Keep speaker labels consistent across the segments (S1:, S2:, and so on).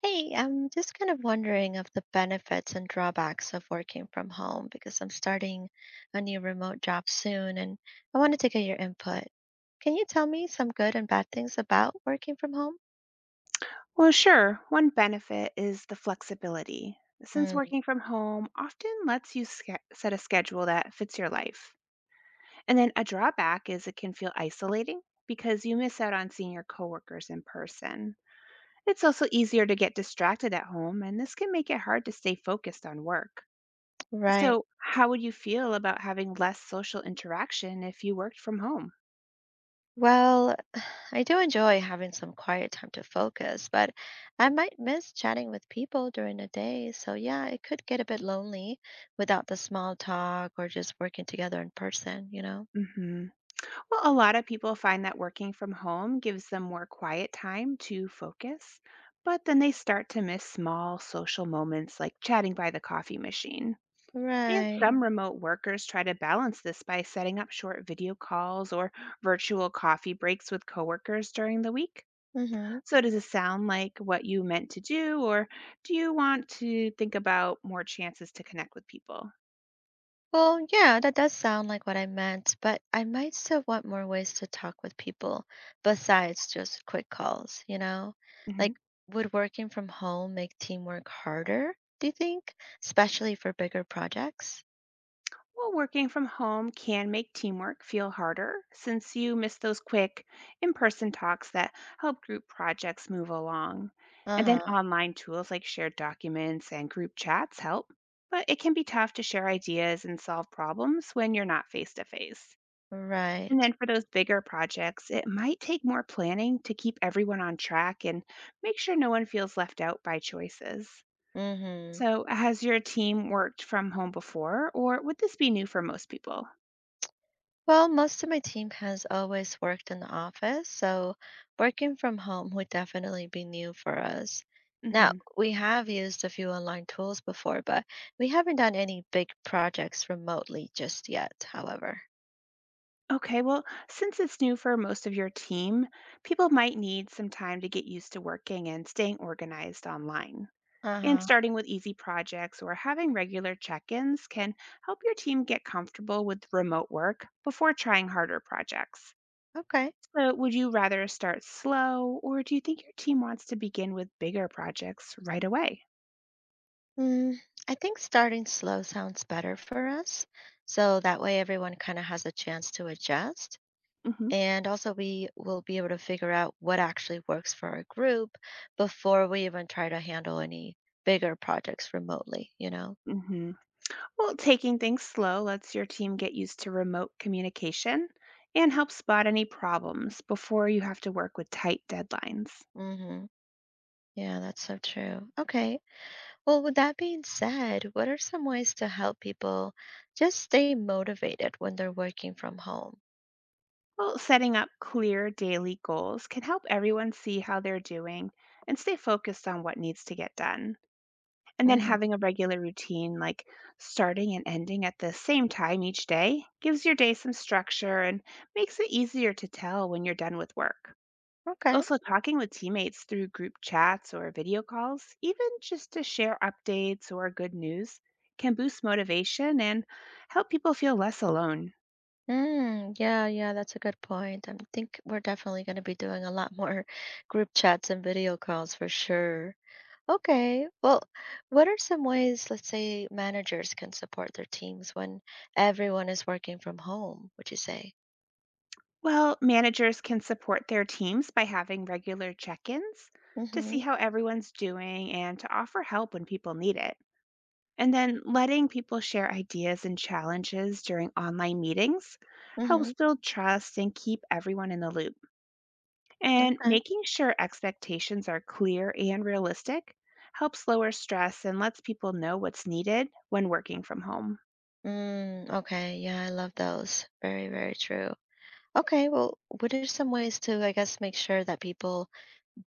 S1: Hey, I'm just kind of wondering of the benefits and drawbacks of working from home because I'm starting a new remote job soon and I wanted to get your input. Can you tell me some good and bad things about working from home?
S2: Well, sure. One benefit is the flexibility. Since
S1: Mm,
S2: working from home often lets you set a schedule that fits your life. And then a drawback is it can feel isolating because you miss out on seeing your coworkers in person. It's also easier to get distracted at home, and this can make it hard to stay focused on work.
S1: right.
S2: So, how would you feel about having less social interaction if you worked from home?
S1: Well, I do enjoy having some quiet time to focus, but I might miss chatting with people during the day. So, yeah, it could get a bit lonely without the small talk or just working together in person,
S2: Mhm. Well, a lot of people find that working from home gives them more quiet time to focus, but then they start to miss small social moments like chatting by the coffee machine. And
S1: Right.
S2: some remote workers try to balance this by setting up short video calls or virtual coffee breaks with coworkers during the week.
S1: Mm-hmm.
S2: So, does it sound like what you meant to do, or do you want to think about more chances to connect with people?
S1: Well, yeah, that does sound like what I meant, but I might still want more ways to talk with people besides just quick calls, Like,
S2: Mhm.
S1: would working from home make teamwork harder, do you think? Especially for bigger projects?
S2: Well, working from home can make teamwork feel harder since you miss those quick in person talks that help group projects move along. And then
S1: Uh-huh.
S2: online tools like shared documents and group chats help, but it can be tough to share ideas and solve problems when you're not face to face. And
S1: Right.
S2: then for those bigger projects, it might take more planning to keep everyone on track and make sure no one feels left out by choices.
S1: Mm-hmm.
S2: So, has your team worked from home before, or would this be new for most people?
S1: Well, most of my team has always worked in the office, so working from home would definitely be new for us. Now,
S2: hmm
S1: we have used a few online tools before, but we haven't done any big projects remotely just yet, however.
S2: Okay, well, since it's new for most of your team, people might need some time to get used to working and staying organized online. And
S1: Uh-huh.
S2: starting with easy projects or having regular check ins can help your team get comfortable with remote work before trying harder projects.
S1: Okay.
S2: So, would you rather start slow, or do you think your team wants to begin with bigger projects right away?
S1: Mm, I think starting slow sounds better for us, so that way everyone kind of has a chance to adjust.
S2: hmm
S1: And also, we will be able to figure out what actually works for our group before we even try to handle any bigger projects remotely,
S2: hmm Well, taking things slow lets your team get used to remote communication and helps spot any problems before you have to work with tight deadlines.
S1: Hmm. Yeah, that's so true. Okay. Well, with that being said, what are some ways to help people just stay motivated when they're working from home?
S2: Well, setting up clear daily goals can help everyone see how they're doing and stay focused on what needs to get done. And then
S1: Hmm.
S2: having a regular routine, like starting and ending at the same time each day, gives your day some structure and makes it easier to tell when you're done with work.
S1: Okay.
S2: Also, talking with teammates through group chats or video calls, even just to share updates or good news, can boost motivation and help people feel less alone.
S1: Mm, yeah, yeah, that's a good point. I think we're definitely going to be doing a lot more group chats and video calls for sure. Okay. Well, what are some ways, let's say, managers can support their teams when everyone is working from home, would you say?
S2: Well, managers can support their teams by having regular check ins to see
S1: Mm-hmm.
S2: how everyone's doing and to offer help when people need it. And then letting people share ideas and challenges during online meetings
S1: Mm-hmm.
S2: helps build trust and keep everyone in the loop. And
S1: Okay.
S2: making sure expectations are clear and realistic helps lower stress and lets people know what's needed when working from home.
S1: Mm, okay. Yeah, I love those. Very, very true. Okay. Well, what are some ways to, I guess, make sure that people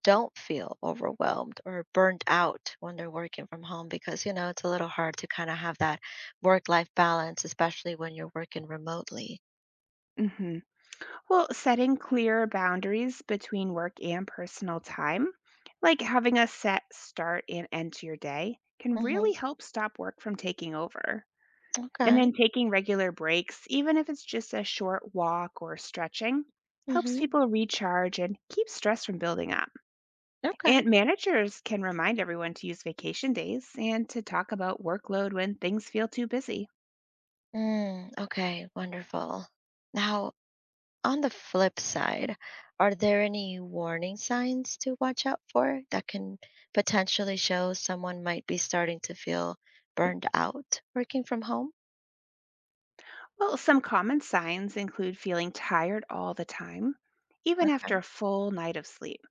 S1: don't feel overwhelmed or burnt out when they're working from home? Because, it's a little hard to kind of have that work-life balance, especially when you're working remotely.
S2: hmm Well, setting clear boundaries between work and personal time, like having a set start and end to your day, can
S1: Mm-hmm.
S2: really help stop work from taking over. And
S1: Okay.
S2: then taking regular breaks, even if it's just a short walk or stretching, helps
S1: Mm-hmm.
S2: people recharge and keep stress from building up.
S1: Okay.
S2: And managers can remind everyone to use vacation days and to talk about workload when things feel too busy.
S1: Mm, okay, wonderful. Now, on the flip side, are there any warning signs to watch out for that can potentially show someone might be starting to feel burned out working from home?
S2: Well, some common signs include feeling tired all the time, even after
S1: Okay.
S2: a full night of sleep.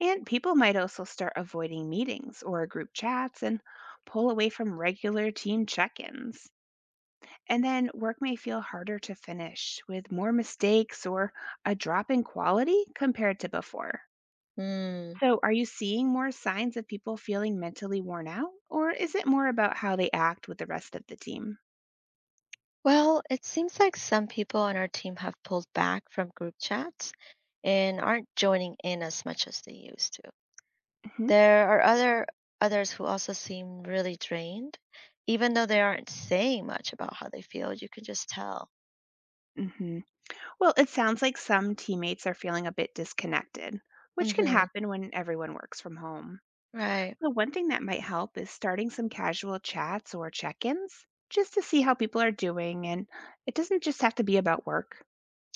S2: And people might also start avoiding meetings or group chats and pull away from regular team check ins. And then work may feel harder to finish with more mistakes or a drop in quality compared to before.
S1: Mm.
S2: So, are you seeing more signs of people feeling mentally worn out, or is it more about how they act with the rest of the team?
S1: Well, it seems like some people on our team have pulled back from group chats and aren't joining in as much as they used to.
S2: hmm
S1: There are others who also seem really drained, even though they aren't saying much about how they feel. You can just tell.
S2: hmm Well, it sounds like some teammates are feeling a bit disconnected, which can
S1: Mm-hmm.
S2: happen when everyone works from home.
S1: Right.
S2: So, one thing that might help is starting some casual chats or check ins just to see how people are doing, and it doesn't just have to be about work.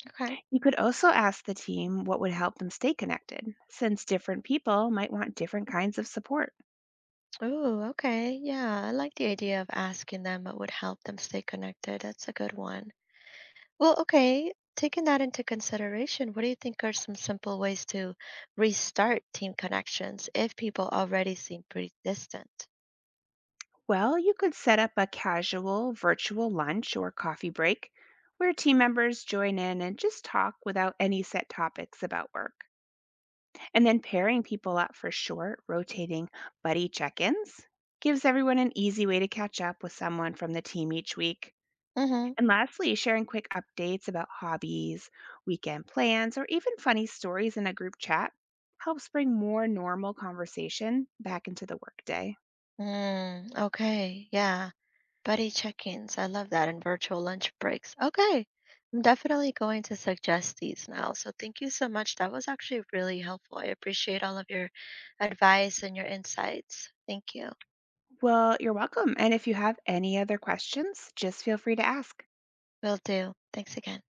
S1: Okay.
S2: You could also ask the team what would help them stay connected, since different people might want different kinds of support.
S1: Ooh, okay. Yeah, I like the idea of asking them what would help them stay connected. That's a good one. Well, okay. Taking that into consideration, what do you think are some simple ways to restart team connections if people already seem pretty distant?
S2: Well, you could set up a casual virtual lunch or coffee break where team members join in and just talk without any set topics about work. And then pairing people up for short, rotating buddy check ins gives everyone an easy way to catch up with someone from the team each week.
S1: Mm-hmm.
S2: And lastly, sharing quick updates about hobbies, weekend plans, or even funny stories in a group chat helps bring more normal conversation back into the workday.
S1: Mm, okay. Yeah. Buddy check-ins. I love that. And virtual lunch breaks. Okay. I'm definitely going to suggest these now. So thank you so much. That was actually really helpful. I appreciate all of your advice and your insights. Thank you.
S2: Well, you're welcome. And if you have any other questions, just feel free to ask.
S1: Will do. Thanks again.